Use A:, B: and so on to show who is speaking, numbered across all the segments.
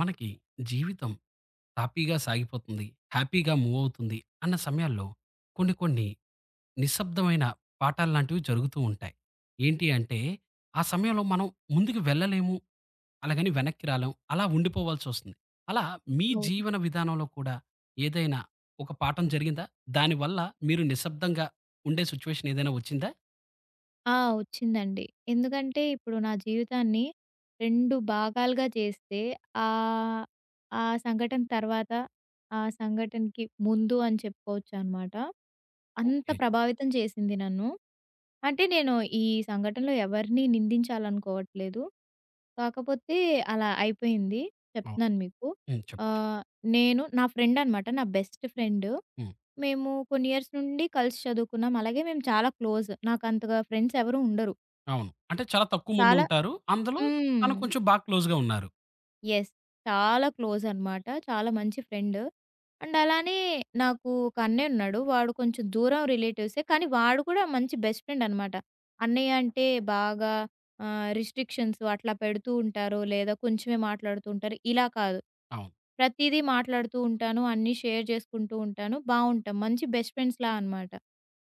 A: మనకి జీవితం హ్యాపీగా సాగిపోతుంది. హ్యాపీగా మూవ్ అవుతుంది అన్న సమయాల్లో కొన్ని కొన్ని నిశ్శబ్దమైన పాఠాల్లాంటివి జరుగుతూ ఉంటాయి. ఏంటి అంటే ఆ సమయంలో మనం ముందుకు వెళ్ళలేము. అలాగని వెనక్కి రాలేము. అలా ఉండిపోవాల్సొస్తుంది. అలా మీ
B: అవును.
A: జీవన విధానంలో కూడా ఏదైనా ఒక పాఠం జరిగిందా? దానివల్ల మీరు నిశ్శబ్దంగా ఉండే సిట్యుయేషన్ ఏదైనా వచ్చిందా?
B: ఆ! వచ్చిందండి. ఎందుకంటే ఇప్పుడు నా జీవితాన్ని 2 భాగాలుగా చేస్తే ఆహ్, ఆ సంఘటన తర్వాత, ఆ సంఘటనకి ముందు అని చెప్పుకోవచ్చనమాట. అంత
A: ఓకే.
B: ప్రభావితం చేసింది నన్ను. అంటే నేను ఈ సంఘటనలో ఎవరిని నిందించాలనుకోవట్లేదు. కాకపోతే అలా అయిపోయింది.
A: అవును.
B: చెప్తున్నాను మీకు.
A: హ్మ్. చెప్పండి. చెప్పండి.
B: ఆహ్, నేను నా ఫ్రెండ్ అనమాట. నా బెస్ట్ ఫ్రెండ్.
A: హ్మ్.
B: మేము కొన్ని ఇయర్స్ నుండి కలిసి చదువుకున్నాం. అలాగే మేము చాలా క్లోజ్. నాకంతగా ఫ్రెండ్స్ ఎవరు ఉండరు.
A: అవును. అంటే చాలా తక్కువ
B: చాలా
A: మందుంటారు. అందులో
B: హ్మ్.
A: తను కొంచెం బాగా క్లోజ్‌గా ఉన్నారు.
B: యెస్. చాలా క్లోజ్ అనమాట. చాలా మంచి ఫ్రెండ్. అండ్ అలానే నాకు ఒక అన్నయ్య ఉన్నాడు. వాడు కొంచెం దూరం రిలేటివ్సే. కానీ వాడు కూడా మంచి బెస్ట్ ఫ్రెండ్ అనమాట. అన్నయ్య అంటే బాగా రిస్ట్రిక్షన్స్ అట్లా పెడుతూ ఉంటారు. లేదా కొంచెమే మాట్లాడుతూ ఉంటారు. ఇలా కాదు.
A: అవును.
B: ప్రతీదీ మాట్లాడుతూ ఉంటాను. అన్నీ షేర్ చేసుకుంటూ ఉంటాను. బావుంటాం. మంచి బెస్ట్ ఫ్రెండ్స్‌లా అనమాట.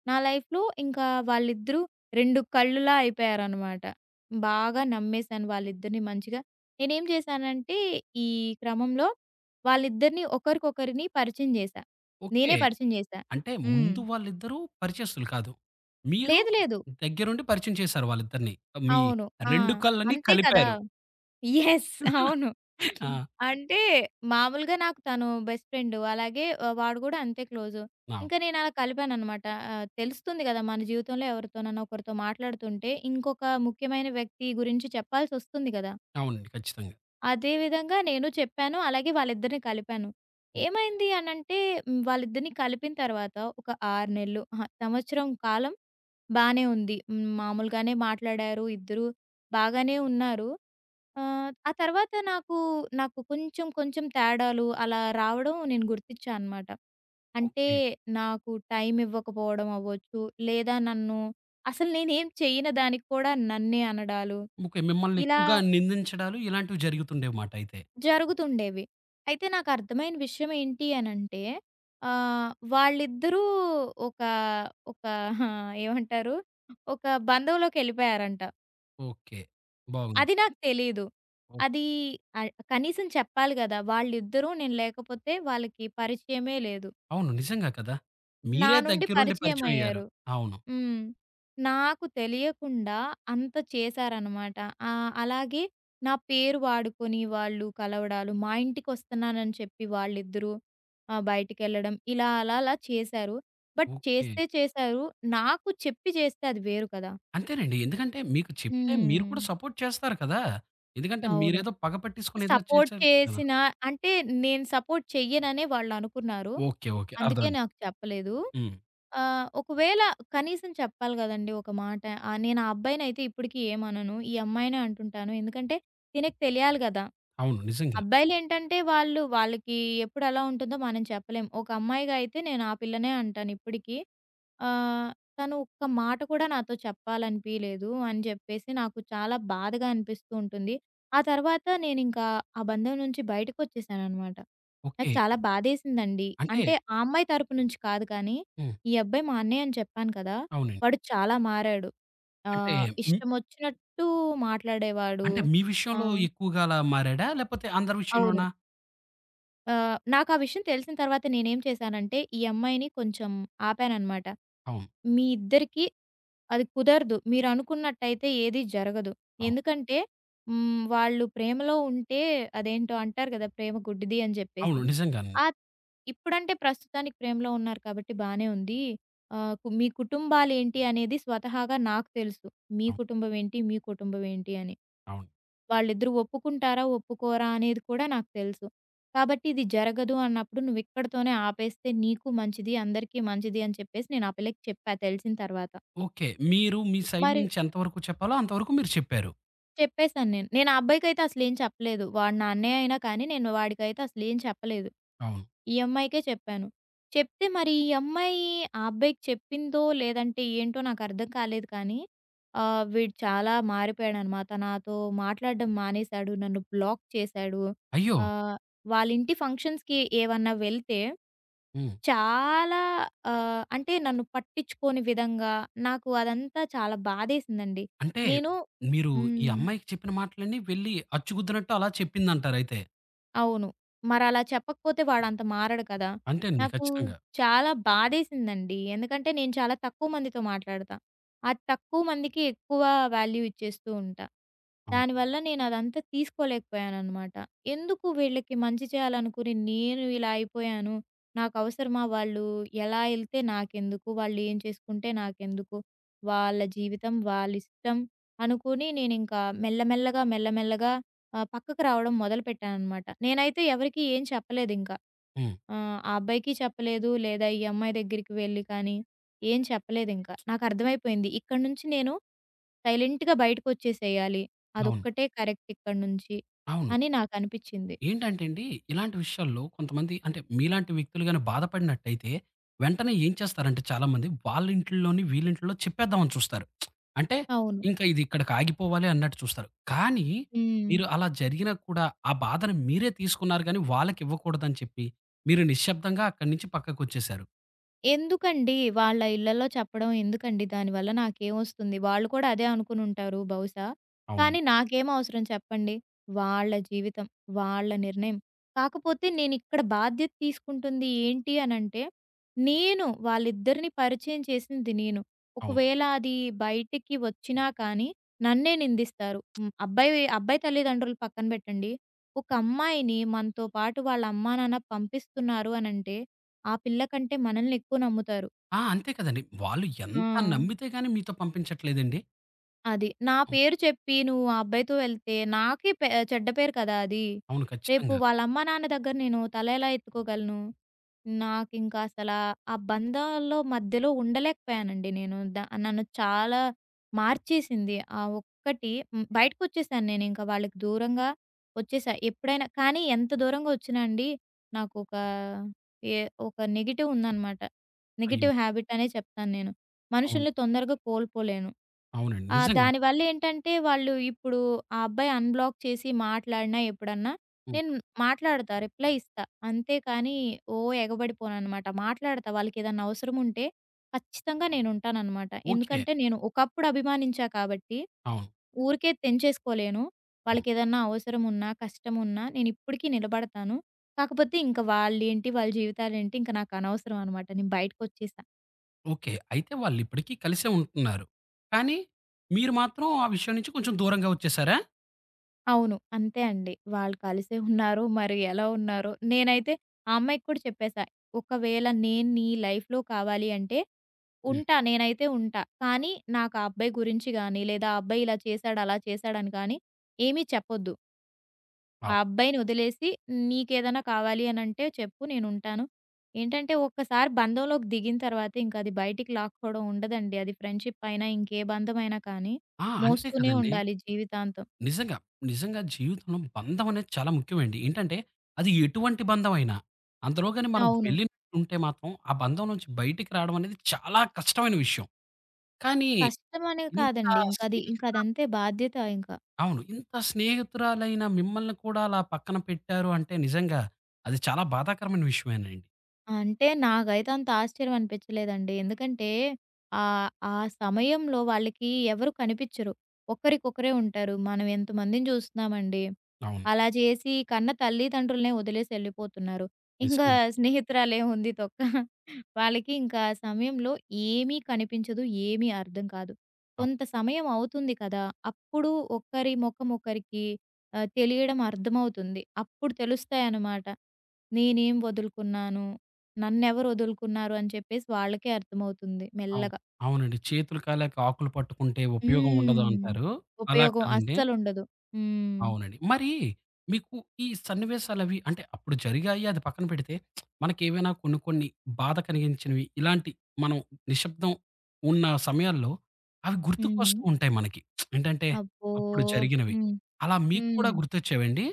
B: నా లైఫ్‌లో ఇంకా వాళ్ళిద్దరూ 2 కళ్ళులా అయిపోయారనమాట. బాగా నమ్మేసాను వాళ్ళిద్దరిని మంచిగా. నేనేం జేశానంటే, ఈ క్రమంలో వాళ్ళిద్దరిని ఒకరికొకరిని పరిచయం జేశా. నేనే
A: ఓకే.
B: పరిచయం జేశా.
A: అంటే
B: హ్మ్.
A: ముందు వాళ్ళిద్దరూ పరిచయస్తులు కాదు. మీరు
B: లేదు. లేదు.
A: దగ్గరుండి పరిచయం చేశారు వాళ్ళిద్దరిని. మీ
B: అవును. ఆ!
A: 2 కళ్ళని
B: అంతే కదా!
A: కలిపారు.
B: యెస్. అవును.
A: ఆ!
B: అంటే మామూలుగా నాకు తను బెస్ట్ ఫ్రెండు. అలాగే వాడు గూడా అంతే క్లోజు.
A: అవును.
B: ఇంకా నేను అలా కలిపాననమాట. తెలుస్తుంది గదా! మన జీవితంలో ఎవరితోనన్నా ఒకరితో మాట్లాడుతుంటే, ఇంకొక ముఖ్యమైన వ్యక్తి గురించి చెప్పాల్సొస్తుంది గదా!
A: అవునండి. ఖచ్చితంగా.
B: అదే విధంగా నేను చెప్పాను. అలాగే వాళ్ళిద్దరిని కలిపాను.
A: హ్మ్.
B: ఏమైంది అనంటే హ్మ్, వాళ్ళిద్దరిని కలిపిన తర్వాత ఒక 6 నెలలు అహా! సంవత్సరం కాలం బానే ఉంది. హ్మ్, మామూలుగానే మాట్లాడారు. ఇద్దరు బాగానే ఉన్నారు. ఆ తర్వాత నాకు కొంచెం కొంచెం తేడాలు అలా రావడం నేను గుర్తిచ్చా అనమాట. అంటే
A: ఓకే.
B: నాకు టైం ఇవ్వకపోవడం అవ్వచ్చు. లేదా నన్ను అసలు నేనేం చెయ్యని దానికి కూడా నన్నే అనడాలు.
A: ఓకే. మిమ్మల్ని
B: ఇలా
A: ఎక్కువగా నిందించడాలు ఇలాంటివి జరుగుతుండేవి మాట అయితే.
B: జరుగుతుండేవి. అయితే నాకర్థమైన విషయం ఏంటి అనంటే వాళ్ళిద్దరూ ఒక ఒక హా, ఏమంటారు? ఒక బంధంలోకెళ్ళిపోయారంట.
A: ఓకే. బాగుంది.
B: అది నాకు తెలీదు.
A: ఓహ్!
B: అది కనీసం చెప్పాలి గదా! వాళ్ళిద్దరూ నేను లేకపోతే వాళ్ళకి పరిచయమే లేదు.
A: అవును. నిజంగా కదా!
B: నా
A: మీరే
B: నుండి
A: దగ్గరుండి పరిచయం అయ్యారు.
B: పరిచయమయ్యారు.
A: అవును.
B: హ్మ్. నాకు తెలియకుండా అంత చేశారనమాట. అలాగే నా పేరు వాడుకొని వాళ్ళు కలవడాలు, మా ఇంటికొస్తున్నానని చెప్పి వాళ్ళిద్దరూ బయటికెళ్ళడం ఇలా అలా అలా చేశారు. But
A: okay.
B: చేస్తే చేశారు. నాకు చెప్పి చేస్తే అది వేరు కదా!
A: అంతేనండి. ఎందుకంటే మీకు చెప్తే మీరు
B: హ్మ్.
A: కూడా సపోర్ట్ చేస్తారు కదా! ఎందుకంటే
B: అవును.
A: మీరేదో పగ పట్టించుకొని ఏదో
B: సపోర్ట్
A: చేశారు కదా!
B: చేసిన అంటే నేను సపోర్ట్ చెయ్యననే వాళ్ళనుకున్నారు.
A: ఓకే. ఓకే.
B: అందుకే
A: అర్థమైంది.
B: నాకు చెప్పలేదు.
A: హ్మ్.
B: ఒకవేళ కనీసం చెప్పాలి గదండీ ఒక మాట. నేను ఆ అబ్బాయినైతే ఇప్పటికి ఏమనను. ఈ అమ్మాయినే అంటుంటాను. ఎందుకంటే తినకి తెలియాలి గదా!
A: అవును. నిజంగా.
B: అబ్బాయిలేంటంటే వాళ్ళు వాళ్ళకి ఎప్పుడు ఎలా ఉంటుందో మనం చెప్పలేం. ఒక అమ్మాయిగా అయితే నేను ఆ పిల్లనే అంటాను ఇప్పటికి. ఆహ్, తను ఒక్క మాట కూడా నాతో చెప్పాలనిపియలేదు అని చెప్పేసి నాకు చాలా బాధగా అనిపిస్తూ ఉంటుంది. ఆ తర్వాత నేనింకా ఆ బంధం నుంచి బయటకొచ్చేసాననమాట. నాకు
A: ఓకే.
B: చాలా బాధేసిందండి.
A: అంటే
B: అంటే ఆ అమ్మాయి తరపు నుంచి కాదు కానీ,
A: హ్మ్.
B: ఈ అబ్బాయి మా అన్నయ్య అని చెప్పాను కదా!
A: అవునండి.
B: వాడు చాలా మారాడు.
A: అంటే హ్మ్.
B: ఇష్టమొచ్చినట్టు మాట్లాడేవాడు.
A: అంటే మీ
B: ఆ!
A: విషయంలో ఎక్కువగా అలా మారాడా? లేపోతే అందరి
B: అవును.
A: విషయంలోనా?
B: నాకు ఆ విషయం తెలిసిన తర్వాత నేనేం చేశానంటే, ఈ అమ్మాయిని కొంచెం ఆపాననమాట.
A: అవును.
B: మీ ఇద్దరికీ అది కుదరదు. మీరనుకున్నట్టయితే ఏది జరగదు.
A: అవును.
B: ఎందుకంటే హ్మ్. వాళ్ళు ప్రేమలో ఉంటే అదేంటో అంటారు గదా! ప్రేమ గుడ్డిది అని జెప్పేసి.
A: అవును. నిజంగానండి.
B: ఆహ్, ఇప్పుడంటే ప్రస్తుతానికి ప్రేమలో ఉన్నారు కాబట్టి బానే ఉంది. ఆహ్, కు మీ కుటుంబాలేంటి అనేది స్వతహాగా నాకు తెలుసు. మీ
A: అవును.
B: కుటుంబం ఏంటి? మీ కుటుంబం ఏంటి అని.
A: అవును.
B: వాళ్ళిద్దరూ ఒప్పుకుంటారా? ఒప్పుకోరా? అనేది కూడా నాకు తెలుసు. కాబట్టి ఇది జరగదు అన్నప్పుడు నువ్విక్కడితోనే ఆపేస్తే నీకు మంచిది, అందరికీ మంచిది అని చెప్పేసి నేను ఆ పిల్లకి చెప్పా తెలిసిన తర్వాత.
A: ఓకే. మీరు మీ సైడ్
B: మరి
A: నుంచి ఎంత వరకు చెప్పాలో అంతవరకు మీరు చెప్పారు.
B: చెప్పేసాను నేను. నేను ఆ అబ్బాయికైతే అసలేం చెప్పలేదు. వాడు నా అన్నయ్య అయినా కానీ నేను వాడికైతే అసలేం చెప్పలేదు.
A: అవును.
B: ఈ అమ్మాయికే చెప్పాను. చెప్తే మరి ఈ అమ్మాయి ఆ అబ్బాయికి చెప్పిందో, లేదంటే ఏంటో నాకర్థం కాలేదు కానీ, వీడు చాలా మారిపోయాడనమాట. నాతో మాట్లాడడం మానేశాడు. నన్ను బ్లాక్ చేశాడు.
A: అయ్యో!
B: ఆహ్, వాళ్ళింటి ఫంక్షన్స్‌కి ఏవన్నా వెళ్తే
A: హ్మ్.
B: చాలా అంటే నన్ను పట్టించుకోని విధంగా నాకు అదంతా చాలా బాధేసిందండి.
A: అంటే
B: నేను
A: మీరు ఈ
B: హ్మ్.
A: అమ్మాయికి చెప్పిన మాటలన్నీ వెళ్లి అచ్చుగుద్దినట్టు అలా చెప్పిందంటారయితే.
B: అవును. మరలా చెప్పకపోతే వాడంత మారడు కదా!
A: అంతే అండి.
B: నాకు
A: ఖచ్చితంగా.
B: చాలా బాధేసిందండి. ఎందుకంటే నేను చాలా తక్కువ మందితో మాట్లాడతా. ఆ తక్కువ మందికి ఎక్కువ వాల్యూ ఇచ్చేస్తూ ఉంటా.
A: అవును.
B: దానివల్ల నేను అదంతా తీసుకోలేకపోయాననమాట. ఎందుకు వీళ్ళకి మంచి చేయాలనుకుని నేను ఇలా అయిపోయాను. నాకవసరమా వాళ్ళు ఎలా ఎళ్తే నాకెందుకు? వాళ్ళు ఏం చేసుకుంటే నాకెందుకు? వాళ్ళ జీవితం వాళ్ళిష్టం అనుకుని నేనింకా మెల్లమెల్లగా, మెల్లమెల్లగా పక్కకు రావడం మొదలుపెట్టాననమాట. నేనైతే ఎవరికీ ఏం చెప్పలేదింక.
A: హ్మ్.
B: ఆహ్, ఆ ఆ అబ్బాయికి చెప్పలేదు, లేదా ఈ అమ్మాయి దగ్గరికి వెళ్లి కానీ, ఏం చెప్పలేదింక. నాకర్థమైపోయింది. ఇక్కడి నుంచి నేను సైలెంట్‌గా బయటకొచ్చేసేయాలి.
A: అవును.
B: అదొక్కటే కరెక్ట్ ఇక్కడి నుంచి
A: అవును.
B: అని నాకనిపిచ్చింది.
A: ఏంటంటే అండి, ఇలాంటి విషయాల్లో కొంతమంది అంటే మీలాంటి వ్యక్తులు గాని బాధపడినట్టయితే, వెంటనే ఏం చేస్తారంటే చాలామంది వాళ్ళ ఇంట్లోని వీళ్ళింట్లో చెప్పేద్దామని చూస్తారు. అంటే
B: అవును.
A: ఇంకా ఇది ఇక్కడికి ఆగిపోవాలి అన్నట్టు చూస్తారు. కానీ
B: హ్మ్.
A: మీరు అలా జరిగినా కూడా ఆ బాధను మీరే తీసుకున్నారు గానీ వాళ్ళకివ్వకూడదని చెప్పి, మీరు నిశ్శబ్దంగా అక్కడి నుంచి పక్కకొచ్చేసారు.
B: ఎందుకండి? వాళ్ళ ఇళ్ళలో చెప్పడం ఎందుకండి? దానివల్ల నాకేమొస్తుంది? వాళ్ళు కూడా అదే అనుకునుంటారు బహుశా.
A: అవునండి. అవును.
B: కానీ నాకేం అవసరం చెప్పండి? వాళ్ళ జీవితం, వాళ్ళ నిర్ణయం. కాకపోతే నేనిక్కడ బాధ్యత తీసుకుంటుంది ఏంటి అనంటే, నేను వాళ్ళిద్దరిని పరిచయం చేసింది నేను.
A: అవును
B: ఒకవేళ అది బయటికి వచ్చినా కానీ నన్నే నిందిస్తారు. హ్మ్. అబ్బాయి అబ్బాయి తల్లిదండ్రులు పక్కన పెట్టండి. ఒక అమ్మాయిని మనతో పాటు వాళ్ళ అమ్మా, నాన్న పంపిస్తున్నారు అనంటే ఆ పిల్ల కంటే మనల్ని ఎక్కువ నమ్ముతారు.
A: ఆ! అంతే కదండీ. వాళ్ళు
B: ఆ!
A: ఎంత నమ్మితే గాని మీతో పంపించట్లేదండి.
B: అది. నా
A: అవును.
B: పేరు చెప్పి నువ్వు ఆ అబ్బాయితో వెళ్తే నాకే చెడ్డ పేరు కదా! అది.
A: అవును.
B: రేపు
A: ఖచ్చితంగా.
B: వాళ్ళ అమ్మ నాన్న దగ్గర నేను తల ఎలా ఎత్తుకోగలను? నాకింకసలా ఆ బంధాల్లో మధ్యలో ఉండలేకపోయానండి నేను. నన్ను చాలా మార్చేసింది ఆ ఒక్కటి. హ్మ్. బయటకొచ్చేసాను నేనింక వాళ్ళకి దూరంగా వచ్చేసా. ఎప్పుడైనా కానీ ఎంత దూరంగా వచ్చినా అండి నాకొక ఏ ఒక నెగెటివ్ ఉందనమాట.
A: అయ్యో!
B: నెగెటివ్ హ్యాబిట్ అనే చెప్తాను నేను.
A: అవును.
B: మనుషుల్ని తొందరగా కోల్పోలేను.
A: అవునండి. నిజంగా.
B: దానివల్లేంటంటే వాళ్ళు ఇప్పుడు ఆ అబ్బాయి అన్‌బ్లాక్ చేసి మాట్లాడినా ఎప్పుడన్నా
A: హ్మ్.
B: నేను మాట్లాడతా. రిప్లై ఇస్తా. అంతే కానీ, ఓ ఎగబడిపోననమాట. మాట్లాడతా. వాళ్ళకేదన్నా అవసరం ఉంటే ఖచ్చితంగా నేనుంటాననమాట.
A: ఓకే.
B: ఎందుకంటే, నేను ఒకప్పుడు అభిమానించా కాబట్టి,
A: అవును.
B: ఊరికే తెంచేసుకోలేను.
A: అవును.
B: వాళ్ళకేదన్నా అవసరం ఉన్నా, కష్టం ఉన్నా నేనిప్పటికీ నిలబడతాను. కాకపోతే ఇంక వాళ్ళేంటి, వాళ్ళ జీవితాలేంటి ఇంక నాకనవసరం అనమాట. నేను బయటకొచ్చేసా.
A: ఓకే. అయితే వాళ్ళిప్పటికి కలిసే ఉంటున్నారు. కానీ మీరు మాత్రం ఆ విషయం నుంచి కొంచెం దూరంగా వచ్చేసారా?
B: అవును. అంతే అండి. వాళ్ళు కలిసే ఉన్నారో, మరి ఎలా ఉన్నారో. నేనైతే ఆ అమ్మాయికి కూడా చెప్పేసా. ఒకవేళ నేను నీ లైఫ్‌లో కావాలి అంటే
A: హ్మ్.
B: ఉంటా. నేనైతే ఉంటా. కానీ నాకు ఆ అబ్బాయి గురించి గాని, లేదా ఆ అబ్బాయి ఇలా చేశాడు, అలా చేశాడని కానీ ఏమీ చెప్పొద్దు. ఆ
A: అవును.
B: అబ్బాయిని వదిలేసి నీకేదైనా కావాలి అనంటే చెప్పు నేనుంటాను. ఏంటంటే ఒక్కసారి బంధంలోకి దిగిన తర్వాత ఇంక అది బయటికి లాక్కోవడం ఉండదండి. అది ఫ్రెండ్‌షిప్ అయినా, ఇంకే బంధమైనా కానీ
A: ఆ! అంతే
B: మోస్తూనే
A: కదండీ.
B: ఉండాలి జీవితాంతం.
A: నిజంగా. నిజంగా జీవితంలో బంధం అనేది చాలా ముఖ్యమండి. ఏంటంటే అది ఎటువంటి బంధమైనా. అందులోగాని మనం
B: అవును.
A: వెళ్ళినట్టుంటే మాత్రం ఆ బంధం నుంచి బయటికి రావడం అనేది చాలా కష్టమైన విషయం. కానీ
B: కష్టమనే
A: ఇంత
B: కాదండి.
A: స్నేహితు
B: ఇంకదంతే బాధ్యత ఇంక.
A: అవును. ఇంత స్నేహితురాలైన మిమ్మల్ని కూడా అలా పక్కన పెట్టారు అంటే నిజంగా అది చాలా బాధాకరమైన విషయమేనండి.
B: అంటే నాకైతే అంత ఆశ్చర్యం అనిపించలేదండి. ఎందుకంటే ఆ సమయంలో వాళ్ళకి ఎవరు కనిపిచ్చరు. ఒక్కరికొకరే ఉంటారు. మనం ఎంతమందిని చూస్తున్నామండి.
A: అవును.
B: అలా చేసి కన్న తల్లిదండ్రులనే వదిలేసి ఎళ్ళిపోతున్నారు. ఇంకా
A: నిజంగా.
B: స్నేహితురాలేముంది తొక్క. వాళ్ళకి ఇంకా ఆ సమయంలో ఏమీ కనిపించదు. ఏమీ అర్థం కాదు.
A: అవును.
B: కొంత సమయం అవుతుంది కదా! అప్పుడు ఒకరి ముఖం ఒకరికి తెలియడం అర్థమవుతుంది. అప్పుడు తెలుస్తాయన్నమాట. నేనేం వదులుకున్నాను? నన్నెవరు వదులుకున్నారు అని చెప్పేసి వాళ్ళకే అర్థమవుతుంది
A: అవును.
B: మెల్లగా.
A: అవునండి. చేతులు కాలాక ఆకులు పట్టుకుంటే ఉపయోగం ఉండదు
B: హ్మ్.
A: అంటారు. అలా
B: ఉపయోగం
A: కాదండి.
B: అస్సలుండదు. హ్మ్.
A: అవునండి. మరి మీకు ఈ సన్నివేశాలవి అంటే అప్పుడు జరిగాయి అది పక్కన పెడితే, మనకేవైనా కొన్ని కొన్ని బాధ కలిగించినవి ఇలాంటి మనం నిశ్శబ్దం ఉన్న సమయాల్లో అవి
B: హ్మ్.
A: గుర్తుకొస్తూ ఉంటాయి మనకి. ఏంటంటే
B: అబ్బో!
A: అప్పుడు జరిగినవి.
B: హ్మ్.
A: అలా మీకు కూడా
B: హ్మ్.
A: గుర్తొచ్చేవండి?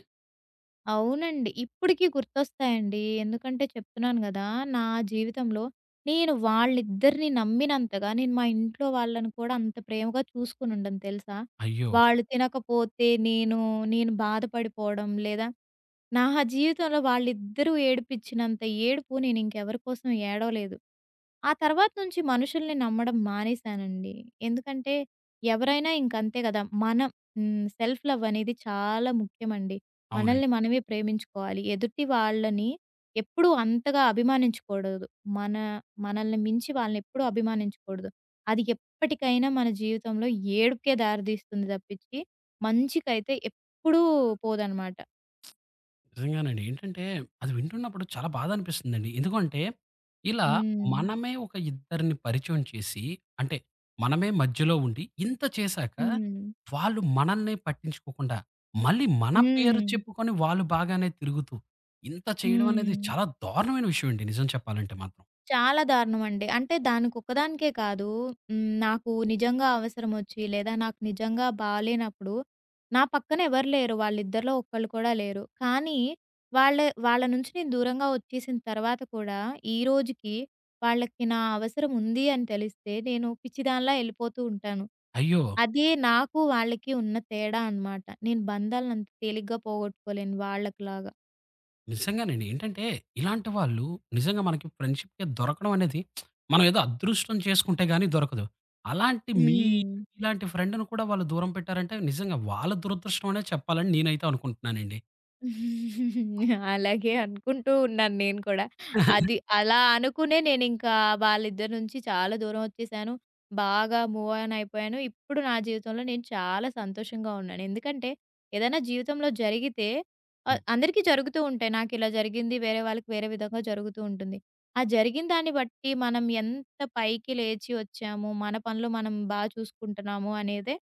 B: అవునండి. ఇప్పటికి గుర్తొస్తాయండి. ఎందుకంటే చెప్తున్నాను గదా! నా జీవితంలో నేను వాళ్ళిద్దరిని నమ్మినంతగా నేను మా ఇంట్లో వాళ్ళని కూడా అంత ప్రేమగా చూసుకొనుండను తెలుసా?
A: అయ్యో!
B: వాళ్ళు తినకపోతే నేను బాధపడిపోవడం లేదా నా జీవితంలో వాళ్ళిద్దరూ ఏడిపించినంత ఏడుపు నేనింకెవరి కోసం ఏడవలేదు. ఆ తర్వాత నుంచి మనుషుల్ని నమ్మడం మానేశానండి. ఎందుకంటే ఎవరైనా ఇంకంతే గదా! మనం హ్మ్. సెల్ఫ్ లవ్ అనేది చాలా ముఖ్యమండి.
A: అవునండి.
B: మనల్ని మనమే ప్రేమించుకోవాలి. ఎదుటి వాళ్ళని ఎప్పుడూ అంతగా అభిమానించకూడదు. మన మనల్ని మించి వాళ్ళని ఎప్పుడూ అభిమానించకూడదు. అది ఎప్పటికైనా మన జీవితంలో ఏడుపుకే దారితీస్తుంది తప్పించి, మంచికైతే ఎప్పుడూ పోదనమాట.
A: నిజంగానండి. ఏంటంటే అది వింటున్నప్పుడు చాలా బాధ అనిపిస్తుందండి. ఎందుకంటే ఇలా
B: హ్మ్.
A: మనమే ఒక ఇద్దరిని పరిచయం చేసి అంటే మనమే మధ్యలో ఉండి ఇంత చేశాక
B: హ్మ్.
A: వాళ్ళు మనల్ని పట్టించుకోకుండా మళ్ళీ మన పేరు
B: హ్మ్.
A: చెప్పుకొని వాళ్ళు బాగానే తిరుగుతూ ఇంత చేయడం
B: హ్మ్.
A: అనేది చాలా దారుణమైన విషయం అండి నిజం చెప్పాలంటే మాత్రం.
B: చాలా దారుణమండి. అంటే దానికొక్కదానికే కాదు. హ్మ్. నాకు నిజంగా అవసరమొచ్చి, లేదా నాకు నిజంగా బాలేనప్పుడు, నా పక్కన ఎవరు లేరు. వాళ్ళిద్దరిలో ఒక్కళ్ళు కూడా లేరు. కానీ, వాళ్ళే వాళ్ళ నుంచి నేను దూరంగా వచ్చేసిన తర్వాత కూడా, ఈ రోజుకి వాళ్ళకి నా అవసరం ఉంది అని తెలిస్తే, నేను పిచ్చిదానిలా ఎళ్ళిపోతూ ఉంటాను.
A: అయ్యో!
B: అదే నాకు వాళ్ళకి ఉన్న తేడా అనమాట. నేను బంధాలనంత తేలిగ్గా పోగొట్టుకోలేను వాళ్ళకిలాగా.
A: నిజంగానండి. ఏంటంటే, ఇలాంటి వాళ్ళు నిజంగా మనకి ఫ్రెండ్‌షిప్‌కి దొరకడం అనేది మనం ఏదో అదృష్టం చేసుకుంటే గాని దొరకదు. అలాంటి మీ
B: హ్మ్.
A: మీలాంటి ఫ్రెండ్‌ని కూడా వాళ్ళు దూరం పెట్టారంటే, నిజంగా వాళ్ళ దురదృష్టం అనే చెప్పాలని నేనైతే అనుకుంటున్నానండి.
B: అలాగే అనుకుంటూ ఉన్నాను నేను కూడా. అది అలా అనుకునే నేనింకా వాళ్ళిద్దరి నుంచి చాలా దూరం వచ్చేసాను. బాగా మూవ్ ఆన్ అయిపోయాను. ఇప్పుడు నా జీవితంలో నేను చాలా సంతోషంగా ఉన్నాను. ఎందుకంటే ఏదైనా జీవితంలో జరిగితే
A: ఉమ్.
B: అందరికీ జరుగుతూ ఉంటాయి. నాకిలా జరిగింది, వేరే వాళ్ళకి వేరే విధంగా జరుగుతూ ఉంటుంది. ఆ జరిగిన దాన్ని బట్టి మనం ఎంత పైకి లేచి వచ్చాము, మన పనులు మనం బా చూసుకుంటున్నాము అనేదే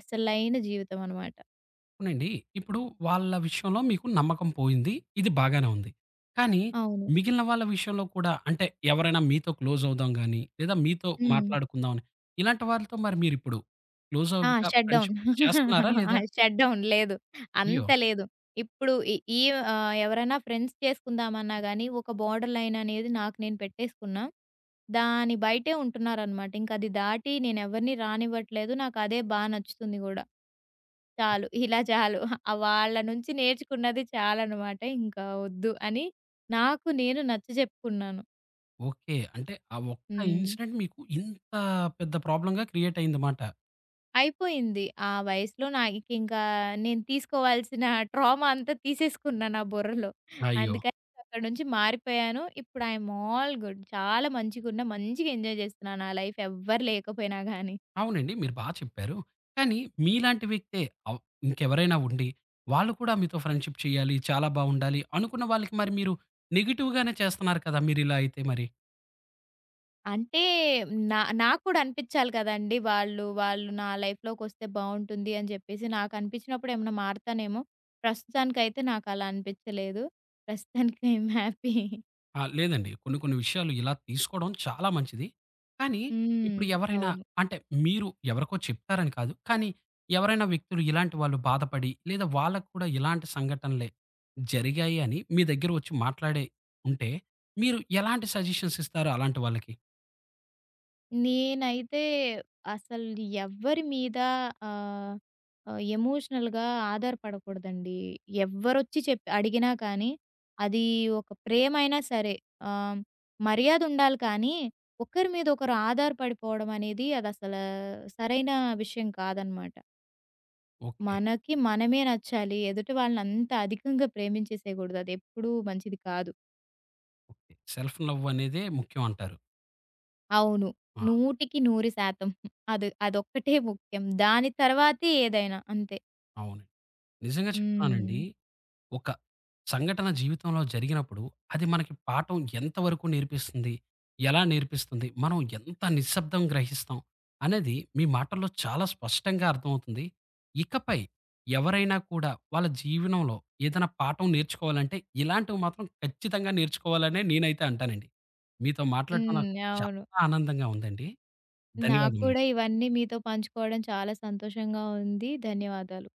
B: అసలైన జీవితం అనమాట.
A: అవునండి. ఇప్పుడు వాళ్ళ విషయంలో మీకు నమ్మకం పోయింది. ఇది బాగానే ఉంది. కానీ
B: అవును.
A: మిగిలిన వాళ్ళ విషయంలో కూడా అంటే ఎవరైనా మీతో క్లోజ్ అవుదాం గాని, లేదా మీతో
B: హ్మ్.
A: మాట్లాడుకుందాం అని, ఇలాంటి వాళ్ళతో మరి మీరిప్పుడు క్లోజ్
B: ఆ!
A: అవుట్‌గా
B: షట్ డౌన్.
A: ఫ్రెండ్‌షిప్ చేస్తున్నారా లేదా?
B: షట్ డౌన్ లేదు.
A: అయ్యో!
B: అంత లేదు. ఇప్పుడు ఈ ఈ ఎవరైనా ఫ్రెండ్స్ చేసుకుందామన్నా గాని, ఒక బోర్డర్ లైన్ అనేది నాకు నేను పెట్టేసుకున్నా. దాని బయటే ఉంటున్నారనమాట. ఇంక అది దాటి నేనెవరిని రానివ్వట్లేదు. నాకదే బా నచ్చుతుంది గూడా. చాలు. ఇలా చాలు. వాళ్ళ నుంచి నేర్చుకున్నది చాలనమాట. ఇంకా వద్దు అని నాకు నేను నచ్చజెప్పుకున్నాను.
A: ఓకే. అంటే ఆ ఒక్క
B: హ్మ్.
A: ఇన్సిడెంట్ మీకు ఇంత పెద్ద ప్రాబ్లమ్‌గా క్రియేట్ అయిందమాట.
B: అయిపోయింది. ఆ వయసులో నాకింకా నేను తీసుకోవాల్సిన ట్రామా అంతా తీసేసుకున్నా నా బుర్రలో.
A: అయ్యో!
B: అందుకని అక్కడి నుంచి మారిపోయాను. ఇప్పుడు ఐఎమ్ ఆల్ గుడ్. చాలా మంచిగున్నా, మంచిగా ఎంజాయ్ చేస్తున్నా నా లైఫ్ ఎవ్వరు లేకపోయినా గానీ.
A: అవునండి. మీరు బా చెప్పారు. కానీ మీలాంటి వ్యక్తే అవ్ ఇంకెవరైనా ఉండి, వాళ్ళు కూడా మీతో ఫ్రెండ్‌షిప్ చేయాలి, చాలా బావుండాలి అనుకున్న వాళ్ళకి మరి మీరు నెగెటివ్‌గానే చేస్తున్నారు కదా! మీరిలా అయితే మరి.
B: అంటే నాకు కూడా అనిపిచ్చాలి కదండీ! వాళ్ళు నా లైఫ్‌లోకొస్తే బావుంటుంది అని చెప్పేసి. నాకనిపించినప్పుడు ఏమన్నా మారతానేమో! ప్రస్తుతానికైతే నాకలా అనిపిచ్చలేదు. ప్రస్తుతానికి ఐఎమ్ హ్యాపీ.
A: ఆ! లేదండి. కొన్ని కొన్ని విషయాలు ఇలా తీసుకోవడం చాలా మంచిది. కానీ ఇప్పుడు
B: హ్మ్.
A: ఎవరైనా
B: అవును.
A: అంటే మీరు ఎవరికో చెప్తారని కాదు. కానీ ఎవరైనా వ్యక్తులు ఇలాంటి వాళ్ళు బాధపడి లేదా వాళ్ళకి కూడా ఇలాంటి సంఘటనలే జరిగాయి అని మీ దగ్గర వచ్చి మాట్లాడే ఉంటే మీరు ఎలాంటి సజెషన్స్ ఇస్తారు అలాంటి వాళ్ళకి?
B: నేనైతే అసలు ఎవ్వరి మీద ఆహ్, ఆహ్, ఎమోషనల్‌గా ఆధారపడకూడదండి. ఎవ్వరొచ్చి అడిగినా కానీ, అది ఒక ప్రేమైనా సరే ఆహ్, మర్యాదుండాలి కానీ, ఒకరి మీద ఒకరు ఆధారపడిపోవడం అనేది అదసలా సరైన విషయం కాదనమాట.
A: ఓకే.
B: మనకి మనమే నచ్చాలి. ఎదుటి వాళ్ళని అంత అధికంగా ప్రేమించేసేయగూడదు. అదెప్పుడూ మంచిది కాదు.
A: ఓకే. సెల్ఫ్ లవ్ అనేదే ముఖ్యం అంటారు.
B: అవును.
A: ఆ!
B: 100% అది అదొక్కటే ముఖ్యం. దాని తర్వాతే ఏదైనా అంతే.
A: అవును. నిజంగా చెప్తున్నానండి
B: హ్మ్.
A: ఒక సంఘటన జీవితంలో జరిగినప్పుడు, అది మనకి పాఠం ఎంతవరకు నేర్పిస్తుంది? ఎలా నేర్పిస్తుంది? మనం ఎంత నిశ్శబ్దం గ్రహిస్తాం? అనేది మీ మాటల్లో చాలా స్పష్టంగా అర్థమవుతుంది. ఇకపై ఎవరైనా కూడా వాళ్ళ జీవనంలో ఏదైనా పాఠం నేర్చుకోవాలంటే, ఇలాంటివి మాత్రం ఖచ్చితంగా నేర్చుకోవాలనే నేనైతే అంటానండి. మీతో మాట్లాడటం నాకు
B: హ్మ్. అవును.
A: చాలా ఆనందంగా ఉందండి.
B: నాకు కూడా
A: ధన్యవాదములు.
B: ఇవన్నీ మీతో పంచుకోవడం చాలా సంతోషంగా ఉంది. ధన్యవాదాలు.